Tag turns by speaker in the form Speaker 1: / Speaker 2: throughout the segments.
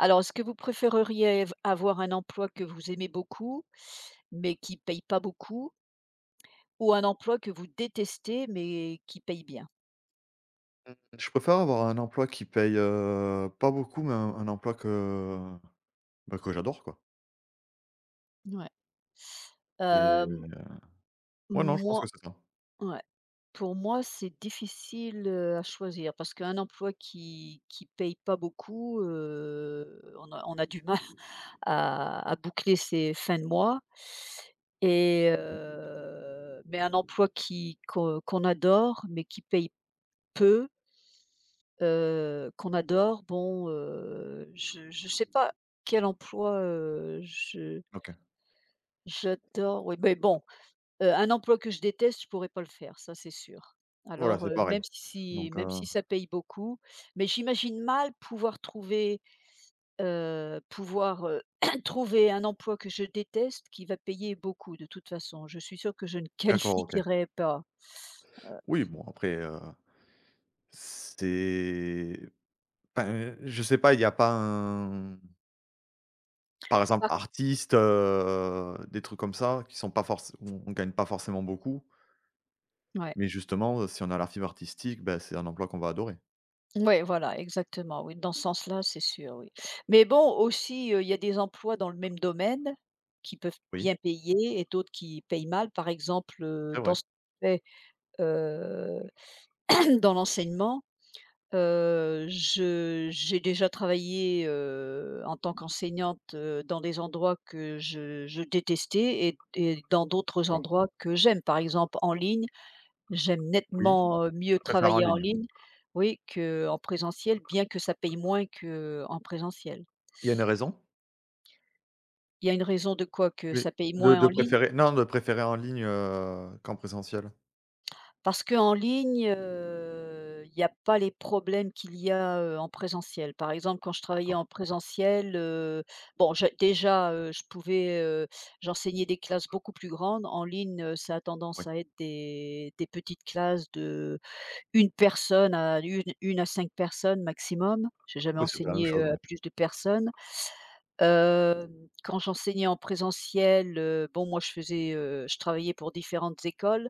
Speaker 1: Alors, est-ce que vous préféreriez v avoir un emploi que vous aimez beaucoup, mais qui paye pas beaucoup, ou un emploi que vous détestez, mais qui paye bien?
Speaker 2: Mmh, je préfère avoir un emploi qui paye, pas beaucoup, mais un emploi que, bah, que j'adore, quoi.
Speaker 1: Ouais.
Speaker 2: Et
Speaker 1: Hem,
Speaker 2: ouais, non, je pense que
Speaker 1: moi,
Speaker 2: c'est ça.
Speaker 1: ouais. Pour moi, c'est difficile, à choisir parce qu'un emploi qui paye pas beaucoup, on a du mal à boucler ses fins de mois et mais un emploi qui qu'on qu'on adore, mais qui paye peu. Qu'on adore, bon, je ne sais pas quel emploi, je
Speaker 2: OK.
Speaker 1: j'adore, oui, mais bon, un emploi que je déteste, je pourrais pas le faire, ça c'est sûr.
Speaker 2: Voilà,
Speaker 1: Alors,
Speaker 2: c'est pareil
Speaker 1: même si
Speaker 2: donc
Speaker 1: même si ça paye beaucoup, mais j'imagine mal pouvoir trouver, pouvoir, trouver un emploi que je déteste qui va payer beaucoup de toute façon. Je suis sûre que je ne
Speaker 2: d'accord, OK.
Speaker 1: qualifierais pas, heu,
Speaker 2: Oui, bon, après, c'est enfin, je sais pas, il y a pas un par exemple,
Speaker 1: par
Speaker 2: artiste, des trucs comme ça qui sont pas forcé on gagne pas forcément beaucoup,
Speaker 1: ouais.
Speaker 2: mais justement, si on a la fibre artistique, bah, c'est un emploi qu'on va adorer.
Speaker 1: Oui, voilà, exactement, oui, dans ce sens-là, c'est sûr, oui. Mais bon, aussi, il y a des emplois dans le même domaine qui peuvent
Speaker 2: Oui,
Speaker 1: bien payer et d'autres qui payent mal. Par exemple,
Speaker 2: c'est vrai,
Speaker 1: dans ce fait, heu, dans l'enseignement, je j'ai déjà travaillé, en tant qu'enseignante, dans des endroits que je détestais et dans d'autres
Speaker 2: d'accord.
Speaker 1: endroits que j'aime. Par exemple, en ligne. J'aime
Speaker 2: Oui,
Speaker 1: nettement, mieux
Speaker 2: préfère en
Speaker 1: travailler en
Speaker 2: ligne.
Speaker 1: ligne, oui, qu'en présentiel, bien que ça paye moins qu'en présentiel.
Speaker 2: Il y a une raison?
Speaker 1: Il y a une raison de quoi que
Speaker 2: Oui,
Speaker 1: ça paye
Speaker 2: de
Speaker 1: moins
Speaker 2: de
Speaker 1: en ligne?
Speaker 2: préférer non, de préférer en ligne, qu'en présentiel?
Speaker 1: Parce qu'en ligne, il n'y a pas les problèmes qu'il y a, en présentiel. Par exemple, quand je travaillais
Speaker 2: D'accord,
Speaker 1: en présentiel, bon, je déjà, je pouvais, j'enseignais des classes beaucoup plus grandes. En ligne, ça a
Speaker 2: oui.
Speaker 1: tendance à être des petites classes de une personne à une 1 à 5 personnes maximum. J'ai jamais
Speaker 2: Oui, c'est pas la même
Speaker 1: enseigné,
Speaker 2: chose, ouais.
Speaker 1: à plus de personnes. Hem, quand j'enseignais en présentiel, bon, moi je faisais, je travaillais pour différentes écoles,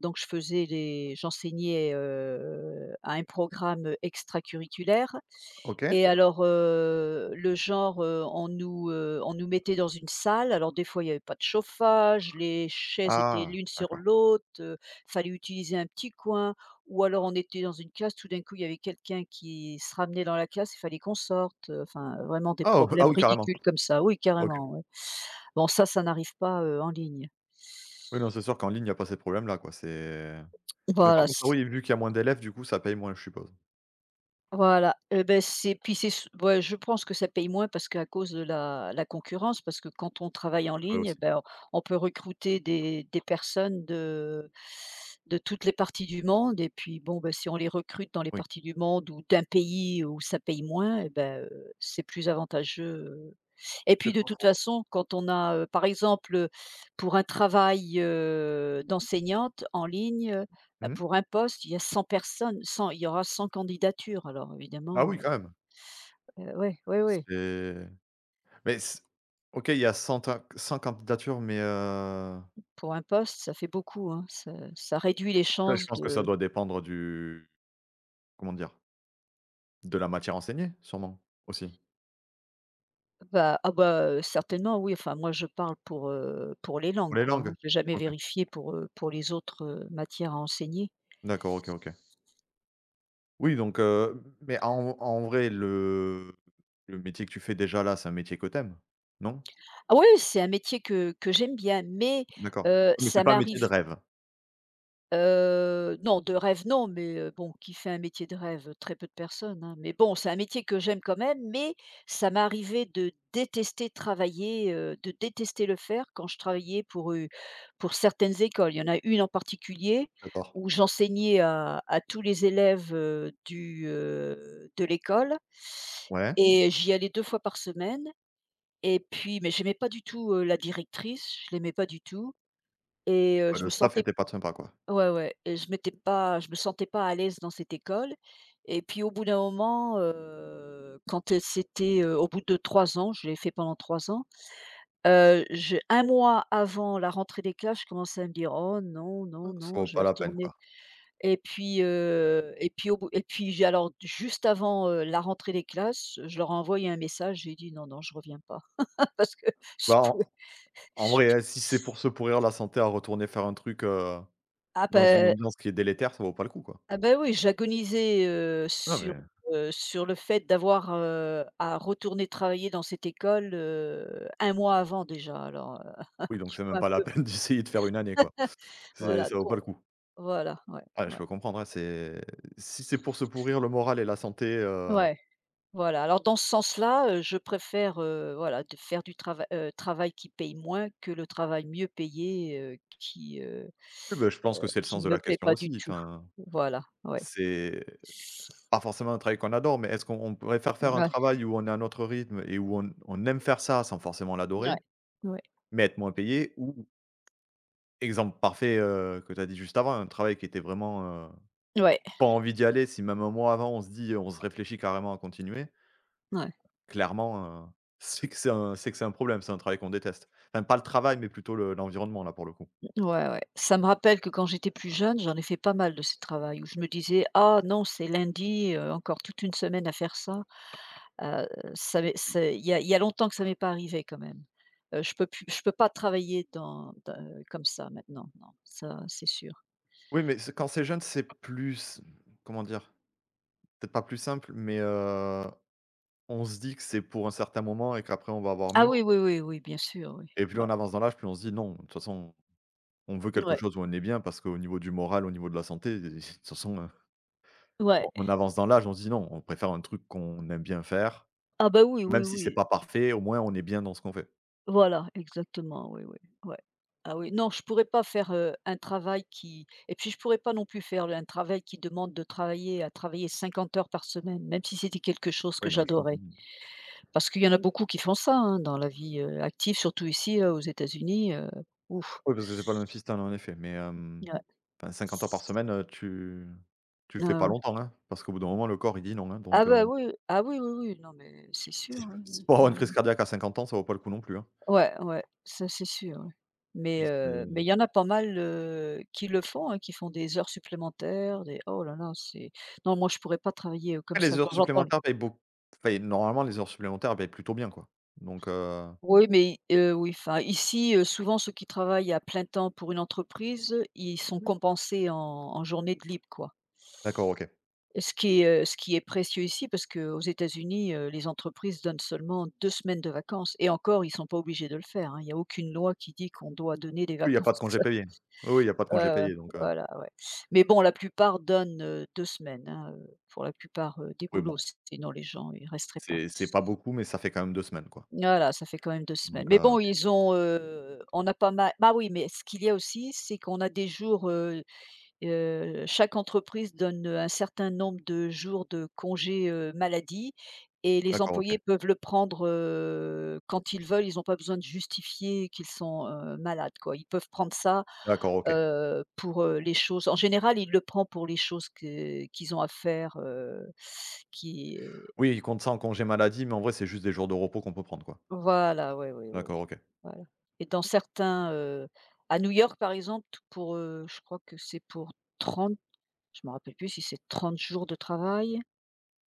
Speaker 1: donc je faisais les j'enseignais, à un programme extracurriculaire
Speaker 2: OK.
Speaker 1: et alors, le genre, on nous mettait dans une salle. Alors des fois, il y avait pas de chauffage, les chaises étaient
Speaker 2: Ah,
Speaker 1: l'une sur
Speaker 2: d'accord.
Speaker 1: l'autre, fallait utiliser un petit coin ou alors on était dans une classe, tout d'un coup, il y avait quelqu'un qui se ramenait dans la classe, il fallait qu'on sorte, enfin vraiment des
Speaker 2: Ah, oui, ah
Speaker 1: problèmes
Speaker 2: oui, carrément.
Speaker 1: ridicules comme ça. Oui,
Speaker 2: OK.
Speaker 1: carrément, ouais. Bon ça n'arrive pas, en ligne.
Speaker 2: Oui, non, c'est sûr qu'en ligne, il y a pas ces problèmes-là, quoi, c'est mais par
Speaker 1: Voilà,
Speaker 2: contre, ah oui, vu qu'il y a moins d'élèves, du coup, ça paye moins, je suppose.
Speaker 1: voilà, beh, c'est puis c'est s ouais, je pense que ça paye moins parce qu'à cause de la concurrence, parce que quand on travaille en
Speaker 2: C'est vrai
Speaker 1: ligne, eh
Speaker 2: aussi.
Speaker 1: ben, on peut recruter des personnes de toutes les parties du monde et puis bon, ben si on les recrute dans les
Speaker 2: Oui,
Speaker 1: parties du monde ou d'un pays où ça paye moins, eh ben, c'est plus avantageux, euh, et puis
Speaker 2: c'est
Speaker 1: de
Speaker 2: pas
Speaker 1: toute
Speaker 2: faux.
Speaker 1: façon, quand on a, par exemple, pour un travail, d'enseignante en ligne, bah,
Speaker 2: Mmh,
Speaker 1: pour un poste, il y a 100 personnes, 100, il y aura 100 candidatures. Alors
Speaker 2: ah
Speaker 1: évidemment,
Speaker 2: oui,
Speaker 1: oui,
Speaker 2: quand même.
Speaker 1: ouais, ouais, ouais, ouais.
Speaker 2: C'est mais c OK, il y a 100 ta 100 candidatures, mais
Speaker 1: Pour un poste, ça fait beaucoup, hein. Ça réduit les
Speaker 2: ça, je
Speaker 1: chances
Speaker 2: pense que ça
Speaker 1: de
Speaker 2: doit dépendre du comment dire? De la matière enseignée, sûrement, aussi?
Speaker 1: bah, ah bah, certainement oui, enfin moi je parle pour les
Speaker 2: Pour
Speaker 1: langues
Speaker 2: les
Speaker 1: quoi,
Speaker 2: langues?
Speaker 1: hein. J'ai jamais
Speaker 2: OK.
Speaker 1: vérifié pour les autres, matières à enseigner.
Speaker 2: D'accord, OK, OK. Oui donc mais en vrai, le métier que tu fais déjà là, c'est un métier que t'aimes. Non?
Speaker 1: Ah oui, c'est un métier que j'aime bien, mais,
Speaker 2: D'accord. Oui, mais c'est
Speaker 1: ça
Speaker 2: pas un métier
Speaker 1: m'arrive.
Speaker 2: de rêve?
Speaker 1: Non, de rêve non, mais bon, qui fait un métier de rêve? Très peu de personnes, hein, mais bon, c'est un métier que j'aime quand même, mais ça m'est arrivé de détester travailler, de détester le faire quand je travaillais pour, pour, certaines écoles. Il y en a une en particulier
Speaker 2: D'accord.
Speaker 1: où j'enseignais à tous les élèves, de l'école
Speaker 2: Ouais.
Speaker 1: et j'y allais 2 fois par semaine et puis mais j'aimais pas du tout, la directrice, je l'aimais pas du tout et
Speaker 2: Ouais,
Speaker 1: je
Speaker 2: le
Speaker 1: me
Speaker 2: staff
Speaker 1: sentais.
Speaker 2: était pas sympa, quoi.
Speaker 1: Ouais, ouais, et je me sentais pas à l'aise dans cette école et puis au bout d'un moment, quand, c'était, au bout de 3 ans, je l'ai fait pendant 3 ans, je 1 mois avant la rentrée des classes, je commençais à me dire : « Oh non, non,
Speaker 2: Ça
Speaker 1: non,
Speaker 2: vaut
Speaker 1: je
Speaker 2: pas
Speaker 1: vais
Speaker 2: la peine,
Speaker 1: retourner ».
Speaker 2: quoi.
Speaker 1: Et puis, et puis au bout et puis j'ai alors juste avant, la rentrée des classes, je leur ai envoyé un message, j'ai dit : « Non, non, je reviens pas » parce que je
Speaker 2: Bah, en
Speaker 1: pouvais
Speaker 2: en vrai,
Speaker 1: je
Speaker 2: hein, si c'est pour se pourrir la santé à retourner faire un truc,
Speaker 1: ah
Speaker 2: dans une
Speaker 1: ben.
Speaker 2: ambiance qui est délétère, ça vaut pas le coup, quoi.
Speaker 1: Ah ben oui, j'agonisais,
Speaker 2: Non,
Speaker 1: sur,
Speaker 2: mais
Speaker 1: heu, sur le fait d'avoir, à retourner travailler dans cette école, 1 mois avant déjà alors,
Speaker 2: oui, donc
Speaker 1: tu
Speaker 2: c'est même
Speaker 1: vois un
Speaker 2: pas la
Speaker 1: peu?
Speaker 2: peine d'essayer de faire une année, quoi. C'est
Speaker 1: Voilà,
Speaker 2: ça vaut pas
Speaker 1: donc
Speaker 2: le coup.
Speaker 1: voilà, ouais,
Speaker 2: Ouais, je
Speaker 1: ouais,
Speaker 2: peux comprendre, hein, c'est si c'est pour se pourrir le moral et la santé,
Speaker 1: ouais, voilà. Alors dans ce sens-là, je préfère, voilà, de faire du travail qui paye moins que le travail mieux payé, qui, heu,
Speaker 2: oui, bah, je pense que c'est le
Speaker 1: qui
Speaker 2: sens de
Speaker 1: me
Speaker 2: la
Speaker 1: plaît
Speaker 2: question
Speaker 1: pas du
Speaker 2: aussi,
Speaker 1: tout.
Speaker 2: enfin.
Speaker 1: Voilà, ouais.
Speaker 2: C'est pas forcément un travail qu'on adore, mais est-ce qu'on on préfère faire un
Speaker 1: Ouais,
Speaker 2: travail où on est à notre rythme et où on aime faire ça sans forcément
Speaker 1: ouais,
Speaker 2: l'adorer,
Speaker 1: ouais, ouais,
Speaker 2: mais être moins payé ou exemple parfait, que tu as dit juste avant, un travail qui était vraiment, pas envie d'y aller, si même un mois avant on se dit on se réfléchit carrément à continuer,
Speaker 1: ouais.
Speaker 2: clairement, c'est que c'est un c'est que c'est un problème, c'est un travail qu'on déteste. Enfin pas le travail, mais plutôt le l'environnement là pour le coup.
Speaker 1: Ouais, ouais. Ça me rappelle que quand j'étais plus jeune, j'en ai fait pas mal de ce travail où je me disais : « Ah non, c'est lundi, encore toute une semaine à faire ça ». Heu, ça m'est
Speaker 2: Oui.
Speaker 1: c'est Il y a longtemps que ça m'est pas arrivé quand même. Je peux pas travailler dans comme ça maintenant, non, ça c'est sûr.
Speaker 2: Oui, mais c'est quand c'est jeune, c'est plus comment dire? Peut-être pas plus simple, mais on se dit que c'est pour un certain moment et qu'après on va avoir
Speaker 1: Ah
Speaker 2: mieux
Speaker 1: oui, oui, oui, oui, bien sûr, oui.
Speaker 2: et plus
Speaker 1: Ouais,
Speaker 2: on avance dans l'âge, plus on se dit: «Non, de toute façon, on veut quelque
Speaker 1: ouais,
Speaker 2: chose où on est bien» parce qu'au niveau du moral, au niveau de la santé, de toute façon,
Speaker 1: ouais.
Speaker 2: on avance dans l'âge, on se dit: «Non, on préfère un truc qu'on aime bien faire,
Speaker 1: Ah bah, oui,
Speaker 2: même
Speaker 1: oui,
Speaker 2: si c'est
Speaker 1: oui.
Speaker 2: pas parfait, au moins on est bien dans ce qu'on fait».
Speaker 1: Voilà, exactement, oui, oui, ouais. Ah oui, non, je pourrais pas faire, un travail qui et puis je pourrais pas non plus faire un travail qui demande de travailler à travailler 50 heures par semaine, même si c'était quelque chose que
Speaker 2: Oui, non, mais je comprends.
Speaker 1: j'adorais. Parce qu'il y en a beaucoup qui font ça, hein, dans la vie, active, surtout ici, aux États-Unis, ouf,
Speaker 2: Oui, parce que c'est pas le même système en effet, mais
Speaker 1: ouais.
Speaker 2: enfin 50 heures par semaine, tu tu le
Speaker 1: Ouais,
Speaker 2: fais pas
Speaker 1: ouais.
Speaker 2: longtemps, hein, parce qu'au bout d'un moment, le corps, il dit non, hein,
Speaker 1: Ah
Speaker 2: donc
Speaker 1: bah, oui, ah oui, oui, oui, non mais c'est sûr,
Speaker 2: si
Speaker 1: oui,
Speaker 2: c'est
Speaker 1: oui,
Speaker 2: pour avoir une
Speaker 1: ouais.
Speaker 2: crise cardiaque à 50 ans, ça vaut pas le coup non plus, hein.
Speaker 1: Ouais, ouais, ça c'est sûr, ouais. Mais
Speaker 2: C'est
Speaker 1: heu, mais il y en a pas mal, qui le font, hein, qui font des heures supplémentaires, des oh là là, c'est non, moi je pourrais pas travailler, comme
Speaker 2: après les
Speaker 1: ça quand
Speaker 2: heures
Speaker 1: j'entends le
Speaker 2: supplémentaires payent beaucoup enfin, normalement les heures supplémentaires, elles payent plutôt bien, quoi. Donc
Speaker 1: oui, mais oui, enfin ici, souvent ceux qui travaillent à plein temps pour une entreprise, ils sont compensés en journée de libre, quoi.
Speaker 2: d'accord, OK.
Speaker 1: Et ce qui est précieux ici parce que aux États-Unis, les entreprises donnent seulement 2 semaines de vacances et encore ils sont pas obligés de le faire, hein. Il y a aucune loi qui dit qu'on doit donner des
Speaker 2: Oui, il y a pas de
Speaker 1: vacances.
Speaker 2: congé payé. Oui, oui, il y a pas de congé
Speaker 1: Ouais, ouais,
Speaker 2: payé, donc
Speaker 1: voilà, ouais. Mais bon, la plupart donnent, 2 semaines, hein, pour la plupart, des
Speaker 2: oui,
Speaker 1: boulots.
Speaker 2: bon,
Speaker 1: Si, Sinon les gens, ils resteraient pas.
Speaker 2: c'est pas beaucoup mais ça fait quand même 2 semaines, quoi.
Speaker 1: Voilà, ça fait quand même 2 semaines.
Speaker 2: Donc
Speaker 1: Mais bon, ils ont, on a pas mal bah oui, mais ce qu'il y a aussi, c'est qu'on a des jours, heu. Chaque entreprise donne un certain nombre de jours de congé maladie et les
Speaker 2: d'accord, OK.
Speaker 1: employés peuvent le prendre, quand ils veulent. Ils n'ont pas besoin de justifier qu'ils sont, malades, quoi. Ils peuvent prendre ça,
Speaker 2: D'accord, OK.
Speaker 1: pour, les choses en général, ils le prend pour les choses que qu'ils ont à faire, qui
Speaker 2: Oui, ils comptent ça en congé maladie mais en vrai, c'est juste des jours de repos qu'on peut prendre, quoi.
Speaker 1: voilà, ouais, oui, oui,
Speaker 2: D'accord, OK.
Speaker 1: voilà, et dans certains, à New York, par exemple, pour, je crois que c'est pour 30. Je me rappelle plus si c'est 30 jours de travail.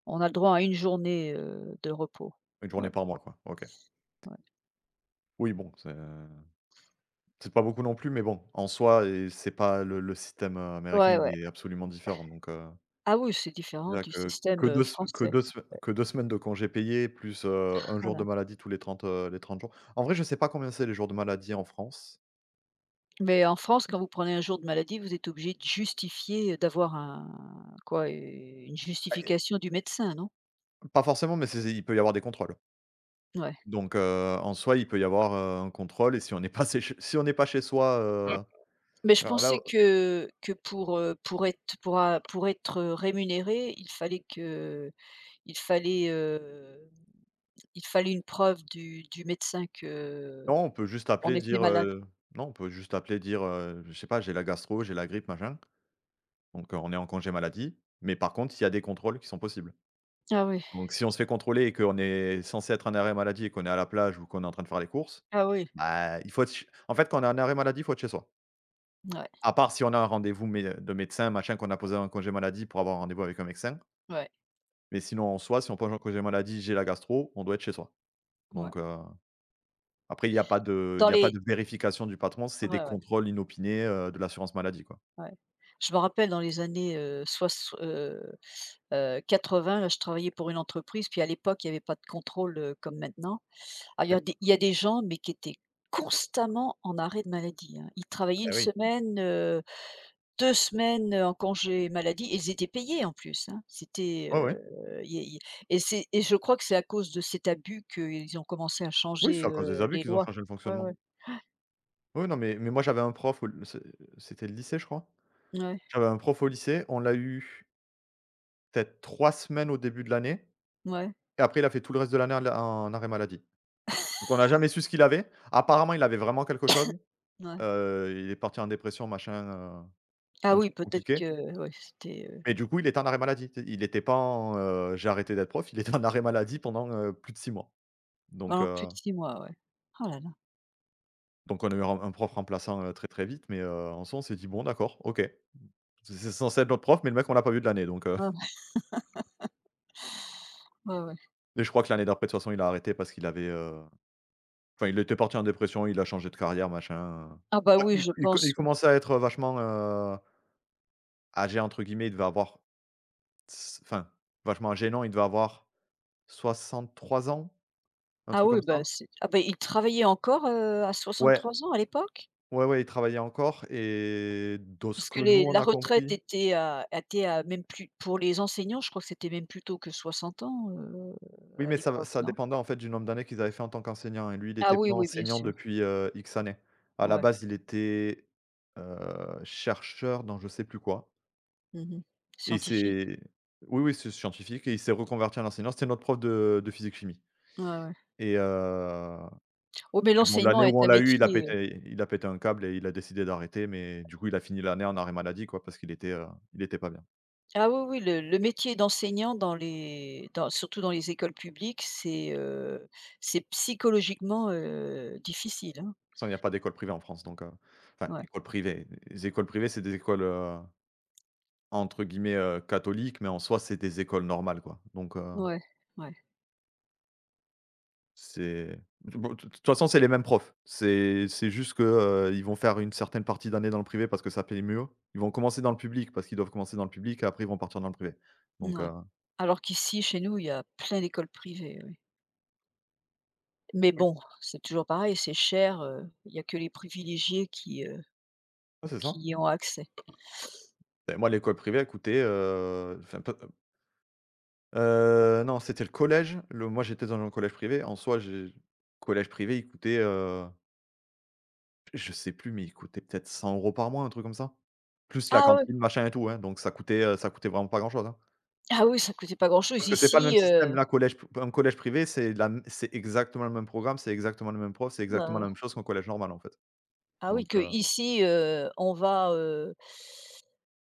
Speaker 1: On a le droit à une journée, de repos.
Speaker 2: Une
Speaker 1: Ouais,
Speaker 2: journée par mois, quoi. OK.
Speaker 1: ouais.
Speaker 2: Oui, bon, c'est pas beaucoup non plus mais bon, en soi et c'est pas le système, américain,
Speaker 1: Ouais,
Speaker 2: il
Speaker 1: ouais.
Speaker 2: est absolument différent donc
Speaker 1: Ah oui, c'est différent
Speaker 2: c'est-à-dire
Speaker 1: du
Speaker 2: que
Speaker 1: système,
Speaker 2: 2 se que
Speaker 1: français.
Speaker 2: 2 se que 2 semaines de congés payés plus, 1
Speaker 1: Ah
Speaker 2: jour de
Speaker 1: ouais.
Speaker 2: maladie tous les 30 les 30 jours. En vrai, je sais pas combien c'est les jours de maladie en France.
Speaker 1: Mais en France, quand vous prenez un jour de maladie, vous êtes obligé de justifier, d'avoir un quoi? U une
Speaker 2: Ah et
Speaker 1: justification du médecin, non?
Speaker 2: pas forcément, mais c'est il peut y avoir des contrôles.
Speaker 1: Ouais.
Speaker 2: Donc, en soi, il peut y avoir, un contrôle et si on n'est pas chez si on n'est pas chez soi,
Speaker 1: Mais je
Speaker 2: alors là,
Speaker 1: pensais que pour être, rémunéré, il fallait que il fallait, heu, il fallait une preuve du médecin que
Speaker 2: non, on peut juste
Speaker 1: on
Speaker 2: appeler
Speaker 1: était
Speaker 2: dire,
Speaker 1: malade.
Speaker 2: non, on peut juste appeler dire, je sais pas: «J'ai la gastro, j'ai la grippe, machin», donc, on est en congé maladie, mais par contre, il y a des contrôles qui sont possibles.
Speaker 1: Ah oui.
Speaker 2: Donc si on se fait contrôler et qu'on est censé être en arrêt maladie et qu'on est à la plage ou qu'on est en train de faire les courses,
Speaker 1: Ah oui,
Speaker 2: bah, il faut être ch en fait, quand on est en arrêt maladie, il faut être chez soi.
Speaker 1: ouais,
Speaker 2: À part si on a un rendez-vous mé de médecin, machin, qu'on a posé un congé maladie pour avoir un rendez-vous avec un médecin.
Speaker 1: ouais,
Speaker 2: Mais sinon, en soi, si on pose un congé maladie, j'ai la gastro, on doit être chez soi. Donc
Speaker 1: ouais.
Speaker 2: après il y a pas de il
Speaker 1: Dans
Speaker 2: y a pas
Speaker 1: les
Speaker 2: de vérification du patron, c'est des
Speaker 1: ouais, ouais,
Speaker 2: contrôles inopinés, de l'assurance maladie, quoi.
Speaker 1: ouais. Je me rappelle dans les années, soix heu 80, là, je travaillais pour une entreprise, puis à l'époque, il y avait pas de contrôle, comme maintenant. Ah, il y
Speaker 2: OK.
Speaker 1: a des il y a des gens, mais qui étaient constamment en arrêt de maladie, hein. Ils travaillaient une
Speaker 2: Eh oui.
Speaker 1: semaine, 2 semaines, en congé maladie et ils étaient payés en plus, hein. C'était,
Speaker 2: Ouais, ouais.
Speaker 1: y y et c'est et je crois que c'est à cause de cet abus qu'ils ont commencé à
Speaker 2: Oui, c'est
Speaker 1: changer,
Speaker 2: à cause des abus
Speaker 1: les
Speaker 2: qu'ils ont
Speaker 1: lois.
Speaker 2: changé le
Speaker 1: Ouais, ouais.
Speaker 2: fonctionnement. Oui, non, mais moi j'avais un prof au c'est c'était le lycée, je crois.
Speaker 1: Ouais,
Speaker 2: J'avais un prof au lycée, on l'a eu peut-être 3 semaines au début de l'année
Speaker 1: ouais,
Speaker 2: et après il a fait tout le reste de l'année en arrêt maladie. Donc on n'a jamais su ce qu'il avait. Apparemment, il avait vraiment quelque chose.
Speaker 1: ouais.
Speaker 2: Il est parti en dépression, machin,
Speaker 1: Ah
Speaker 2: un
Speaker 1: oui,
Speaker 2: truc
Speaker 1: peut-être
Speaker 2: compliqué.
Speaker 1: que ouais, c'était,
Speaker 2: Mais du coup, il était en arrêt maladie. Tu sais, il n'était pas en: «J'ai arrêté d'être prof», il était en arrêt maladie pendant, plus de 6 mois. Donc
Speaker 1: pendant plus
Speaker 2: heu,
Speaker 1: de 6 mois, ouais. Oh là là.
Speaker 2: donc on a eu un prof remplaçant, très, très vite, mais en soi, on s'est dit: «Bon d'accord, OK». C'est censé être notre prof, mais le mec, on l'a pas vu de l'année donc
Speaker 1: Ouais, ouais, ouais, ouais.
Speaker 2: et je crois que l'année d'après, de toute façon, il a arrêté parce qu'il avait, enfin, il était parti en dépression, il a changé de carrière, machin.
Speaker 1: Ah bah
Speaker 2: Ouais.
Speaker 1: oui,
Speaker 2: Il
Speaker 1: je
Speaker 2: il co
Speaker 1: pense,
Speaker 2: il
Speaker 1: oui.
Speaker 2: commençait à être, vachement, «âgé» entre guillemets, il devait avoir s enfin, vachement âgé non, il devait avoir 63 ans, un
Speaker 1: Ah
Speaker 2: truc comme
Speaker 1: oui, bah
Speaker 2: ça.
Speaker 1: c'est ah bah il travaillait encore, à
Speaker 2: Ouais,
Speaker 1: 3 ans à l'époque?
Speaker 2: ouais, ouais, il travaillait encore et de ce
Speaker 1: Parce
Speaker 2: que
Speaker 1: que les
Speaker 2: nous, on
Speaker 1: la
Speaker 2: a
Speaker 1: retraite
Speaker 2: compris
Speaker 1: était à même plus pour les enseignants, je crois que c'était même plus tôt que 60 ans,
Speaker 2: oui,
Speaker 1: à
Speaker 2: mais ça
Speaker 1: l'époque,
Speaker 2: ça
Speaker 1: non?
Speaker 2: dépendait en fait du nombre d'années qu'ils avaient fait en tant qu'enseignant. Et lui, il
Speaker 1: Ah
Speaker 2: n'était
Speaker 1: oui,
Speaker 2: pas
Speaker 1: oui, bien
Speaker 2: enseignant
Speaker 1: sûr,
Speaker 2: depuis, X années. À la
Speaker 1: ouais.
Speaker 2: base, il était, heu, chercheur dans je sais plus quoi.
Speaker 1: Mmh.
Speaker 2: Et il
Speaker 1: Scientifique?
Speaker 2: s'est oui, oui, c'est scientifique et il s'est reconverti en enseignant. C'était notre prof de physique-chimie
Speaker 1: Ouais, ouais.
Speaker 2: et heu
Speaker 1: Oh mais
Speaker 2: et bon,
Speaker 1: l'enseignement
Speaker 2: l'année
Speaker 1: est
Speaker 2: où on
Speaker 1: un
Speaker 2: l'a eu, il a
Speaker 1: métier.
Speaker 2: pété il a pété un câble et il a décidé d'arrêter, mais du coup, il a fini l'année en arrêt maladie, quoi, parce qu'il était, il était pas bien. De
Speaker 1: Ah oui, oui, le métier d'enseignant dans surtout dans les écoles publiques, c'est psychologiquement, difficile, hein.
Speaker 2: il y a pas d'école privée en France, donc enfin,
Speaker 1: Ouais,
Speaker 2: école privée, les écoles privées, c'est des écoles, entre guillemets, «catholiques», mais en soi, c'est des écoles normales, quoi, donc
Speaker 1: ouais, ouais,
Speaker 2: c'est bon, de toute façon, c'est les mêmes profs. C'est juste que, ils vont faire une certaine partie d'année dans le privé parce que ça paye mieux. Ils vont commencer dans le public parce qu'ils doivent commencer dans le public et après ils vont partir dans le privé. Donc
Speaker 1: mouais. Alors qu'ici, chez nous, il y a plein d'écoles privées, oui. Mais
Speaker 2: oui,
Speaker 1: bon, c'est toujours pareil, c'est cher, il y a que les privilégiés
Speaker 2: ouais, c'est
Speaker 1: qui
Speaker 2: ça.
Speaker 1: y ont accès.
Speaker 2: Beh, moi, l'école privée, elle coûtait, enfin peu non, c'était le collège. Le moi, j'étais dans un collège privé. En soi, j'ai collège privé, il coûtait, je sais plus, mais il coûtait peut-être 100 euros par mois, un truc comme ça. Plus la
Speaker 1: Ah oui,
Speaker 2: cantine, machin et tout, hein, donc ça coûtait vraiment pas grand-chose, hein.
Speaker 1: ah oui, ça coûtait pas grand-chose.
Speaker 2: Parce que c'est pas le même
Speaker 1: Ici,
Speaker 2: système. Là, collège un collège privé, c'est la m c'est exactement le même programme, c'est exactement le même prof, c'est exactement la
Speaker 1: heu,
Speaker 2: même chose qu'un collège normal, en fait.
Speaker 1: ah oui,
Speaker 2: Donc
Speaker 1: qu'ici, euh,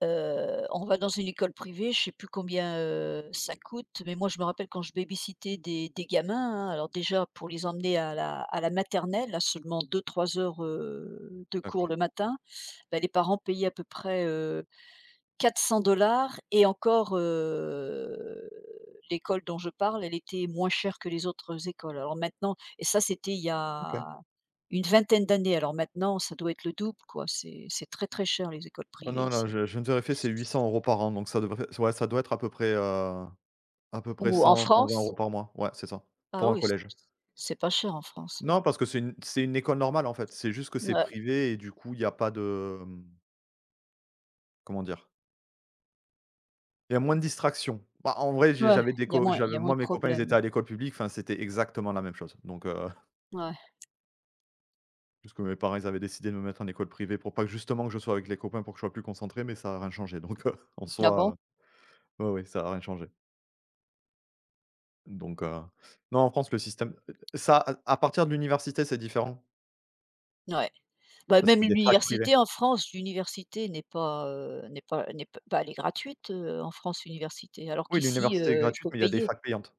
Speaker 1: on va dans une école privée, je sais plus combien, ça coûte, mais moi je me rappelle quand je baby des gamins, hein, alors déjà pour les emmener à la maternelle, à seulement deux trois heures, de cours
Speaker 2: d'accord.
Speaker 1: le matin, bah, les parents payaient à peu près, dollars. Et encore, l'école dont je parle, elle était moins chère que les autres écoles. Alors maintenant, et ça c'était il y
Speaker 2: OK.
Speaker 1: a une vingtaine d'années, alors maintenant ça doit être le double quoi, c'est très, très cher les écoles
Speaker 2: Oh
Speaker 1: privées
Speaker 2: non, non,
Speaker 1: ici.
Speaker 2: je viens de vérifier, c'est 800 euros par an, donc ça devrait ouais, ça doit être à peu près
Speaker 1: Ou en
Speaker 2: 100-120
Speaker 1: France.
Speaker 2: euros par mois. Ouais, c'est ça, pour
Speaker 1: Ah
Speaker 2: un
Speaker 1: oui, c'est
Speaker 2: collège.
Speaker 1: c'est pas cher en France, oui.
Speaker 2: Non, parce que c'est une école normale, en fait. C'est juste que c'est
Speaker 1: Ouais,
Speaker 2: privé et du coup, il y a pas de, comment dire? Il y a moins de distractions. Bah, en vrai, j'ai
Speaker 1: ouais,
Speaker 2: j'avais des
Speaker 1: il y a
Speaker 2: co
Speaker 1: moins il
Speaker 2: j'avais
Speaker 1: y a moins
Speaker 2: moi,
Speaker 1: de
Speaker 2: mes copains, ils étaient
Speaker 1: problèmes.
Speaker 2: à l'école publique, enfin, c'était exactement la même chose, donc
Speaker 1: Ouais.
Speaker 2: parce que mes parents, ils avaient décidé de me mettre en école privée pour pas que justement que je sois avec les copains pour que je sois plus concentré, mais ça a rien changé donc en
Speaker 1: Ah bon?
Speaker 2: soi, ouais, ouais, ça a rien changé donc non, en France, le système ça, à partir de l'université, c'est différent
Speaker 1: Ouais. Bah,
Speaker 2: parce
Speaker 1: même
Speaker 2: qu'il y a des facs privées.
Speaker 1: l'université en France, l'université n'est pas, n'est pas bah, elle est gratuite, en France, l'université, alors
Speaker 2: Oui,
Speaker 1: qu'ici,
Speaker 2: l'université est
Speaker 1: il
Speaker 2: gratuite,
Speaker 1: faut
Speaker 2: mais il y a des
Speaker 1: payer.
Speaker 2: facs payantes.